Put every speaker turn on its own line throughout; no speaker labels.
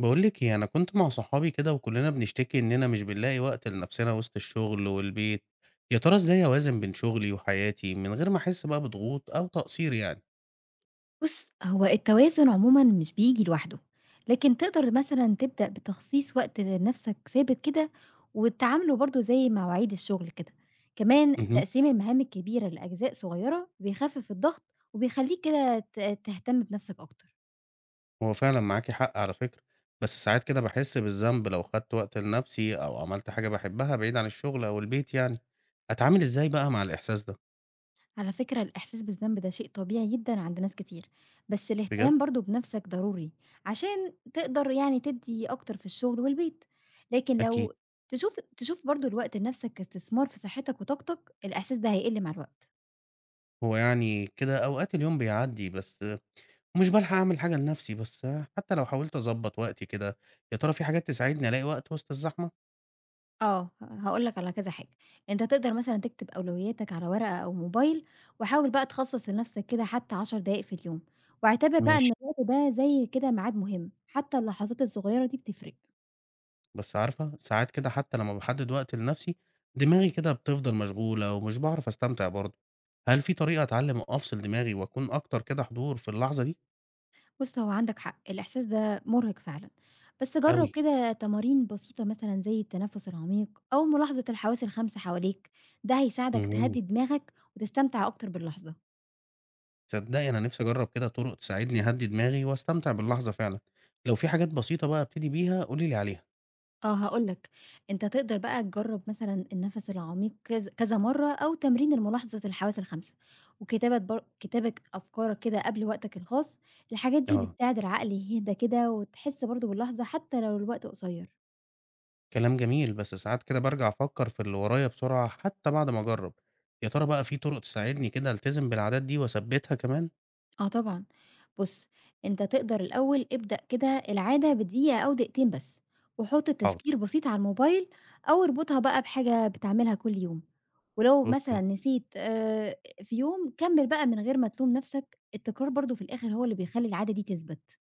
باقول لِك إيه، أنا كنت مع صحابي كده وكلنا بنشتكي إننا مش بنلاقي وقت لنفسنا وسط الشغل والبيت، يا ترى إزاي أوازن بين شغلي وحياتي من غير ما أحس بقى بضغوط أو تقصير يعني؟
بُص، هو التوازن عمومًا مش بييجي لوحده، لكن تقدر مثلًا تبدأ بتخصيص وقت لنفْسك ثابت كده، وتعامله برضه زي مواعيد الشغل كده، كمان
اهم.
تقسيم المهام الكبيرة لأجزاء صغيرة بيخفف الضغط، وبيخلّيك كده تهتم بنفْسك أكتر.
هو فعلًا معاكِ حق على فكرة، بس ساعات كده باحس بالذنب لو خدت وقت لنفسي أو عملت حاجة باحبها بعيد عن الشغل أو البيت يعني، أتعامل إزاي بقى مع الإحساس ده؟
على فكرة الإحساس بالذنب ده شيء طبيعي جدًا عند ناس كتير، بس
بجد؟
الاهتمام برضه بنَفْسك ضروري، عشان تقدر يعني تدّي أكتر في الشغل والبيت، لكن
أكيد،
لو تشوف برضه الوقت لنَفْسك كاستثمار في صحتك وطاقتك، الإحساس ده هيقِل مع الوقت.
هو يعني كده أوقات اليوم بيعدي بس ومش بالحق أعمل حاجة لنفسي، بس حتى لو حاولت أضبّط وقتي كده، يا ترى في حاجات تساعدني ألاقي وقت وسط الزحمة؟
آه، هاقول لك على كذا حاجة، أنت تقدر مثلًا تكتب أولوياتك على ورقة أو موبايل، وحاول بقى تخصّص لنَفْسك كده حتى 10 دقايق في اليوم، واعتبر بقى إن
ماشي،
الوقت ده زي كده ميعاد مهم، حتى اللحظات الصغيرة دي بتفرق.
بس عارفة ساعات كده حتى لمّا باحدد وقت لنفسي، دماغي كده بتفضل مشغولة ومش باعرف أستمتع برضه. هل في طريقة أتعلم أفصل دماغي وأكون أكتر كده حضور في اللحظة دي؟
بُص، هو عندك حق، الإحساس ده مُرهق فعلًا، بس جرّب
أوي.
كده تمارين بسيطة مثلًا زي التنفس العميق أو ملاحظة الحواس ال5 حواليك، ده هيساعدك
اهم،
تهدّي دماغك وتستمتع أكتر باللحظة.
تصدقي أنا نفسي أجرّب كده طرق تساعدني أهدّي دماغي وأستمتع باللحظة فعلًا. لو في حاجات بسيطة بقى أبتدي بيها قولي لي عليها.
آه، هاقول لك، أنت تقدر بقى تجرّب مثلًا النَفَس العميق كذا كذا مرّة أو تمرين لملاحظة الحواس ال5 وكتابة كتابة أفكارك كده قبل وقتك الخاص، الحاجات دي
آه.
بتساعد العقل يهدى كده وتحس برضه باللحظة حتى لو الوقت قصير.
كلام جميل، بس ساعات كده بارجع أفكّر في اللي ورايا بسرعة حتى بعد ما أجرّب، يا ترى بقى في طُرق تساعدني كده ألتزم بالعادات دي وأثبّتها كمان؟
آه طبعًا. بُص، أنت تقدر الأول ابدأ كده العادة بدقيقة أو دقيقتين بس، وحُط
حاضر،
تذكير بسيط على الموبايل أو اربطها بقى بحاجة بتعملها كل يوم، ولو مثلًا
أوكي.
نسيت في يوم، كمّل بقى من غير ما تلوم نَفْسك، التكرار برضه في الآخر هو اللي بيخلّي العادة دي تثبت.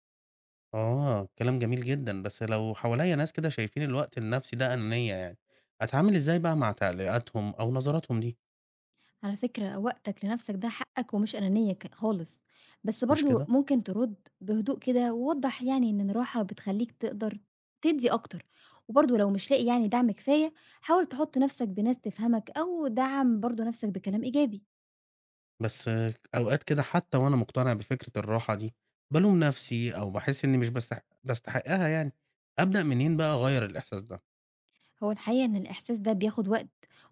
آه، كلام جميل جدًا، بس لو حواليّا ناس كده شايفين الوقت النَفْسي ده أنانية يعني، أتعامل إزاي بقى مع تعليقاتهم أو نظراتهم دي،
على فكرة وقتك لنفسك ده حقك ومش أنانية خالص، بس
مش
برضو
كده؟
ممكن ترد بهدوء كده ووضح يعني إن الراحة بتخليك تقدر تدي أكتر، وبرضو لو مش لاقي يعني دعم كفاية حاول تحط نفسك بناس تفهمك أو دعم برضو نفسك بكلام إيجابي.
بس آه، أوقات كده حتى وأنا مقتنع بفكرة الراحة دي، بالوم نَفْسي أو باحس إني مش باستحقّها يعني، أبدأ منين بقى أغيّر الإحساس ده
هو الحقيقة إن الإحساس ده بياخد وقت،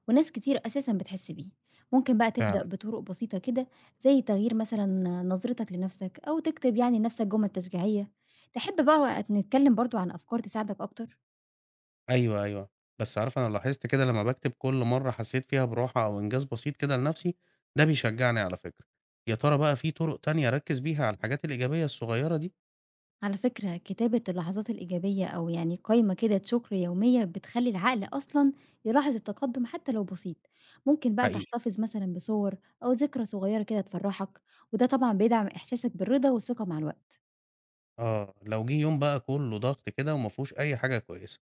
وناس كتير أساسا بتحس بيه، ممكن بقى تبدأ
فعلًا؟
بطرق بسيطة كده زي تغيير مثلا نظرتك لنفسك أو تكتب يعني لنفسك جمل تشجيعية. تحب بقى نتكلم برضو عن أفكار تساعدك أكتر؟
أيوه، أيوه. بس عارفة أنا لاحظت كده لمّا باكتب كل مرّة حسّيت فيها براحة أو إنجاز بسيط كده لنفسي، ده بيشجّعني على فكرة. يا ترى بقى في طُرق تانية أركّز بيها على الحاجات الإيجابية الصغيّرة دي؟
على فكرة كتابة اللحظات الإيجابية أو يعني قائمة كده شكر يومية بتخلي العقل أصلا يلاحظ التقدم حتى لو بسيط، ممكن بقى
حقيقي.
تحتفظ مثلا بصور أو ذكرى صغيرة كده تفرحك، وده طبعا بيدعم إحساسك بالرضا والثقة مع الوقت.
آه، لو جِه يوم بقى كُلّه ضغط كده وما فيهوش أي حاجة كويسة،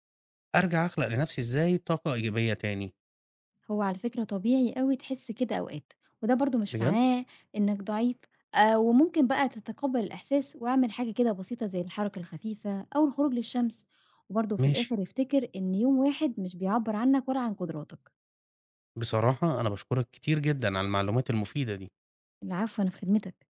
أرجع أخلق لنفسي إزاي طاقة إيجابية تاني؟
هو على فكرة طبيعي أوي تحس كده أوقات، وده برضو مش
بجد؟
معناه إنك ضعيف، آه وممكن بقى تتقبل الإحساس واعمل حاجة كده بسيطة زي الحركة الخفيفة أو الخروج للشمس، وبرضو في
ماشي.
الآخر افتكر إن يوم واحد مش بيعبر عنك ولا عن قدراتك.
بصراحة أنا باشكرك كتير جدًا على المعلومات المفيدة دي.
العفو، أنا في خدمتك.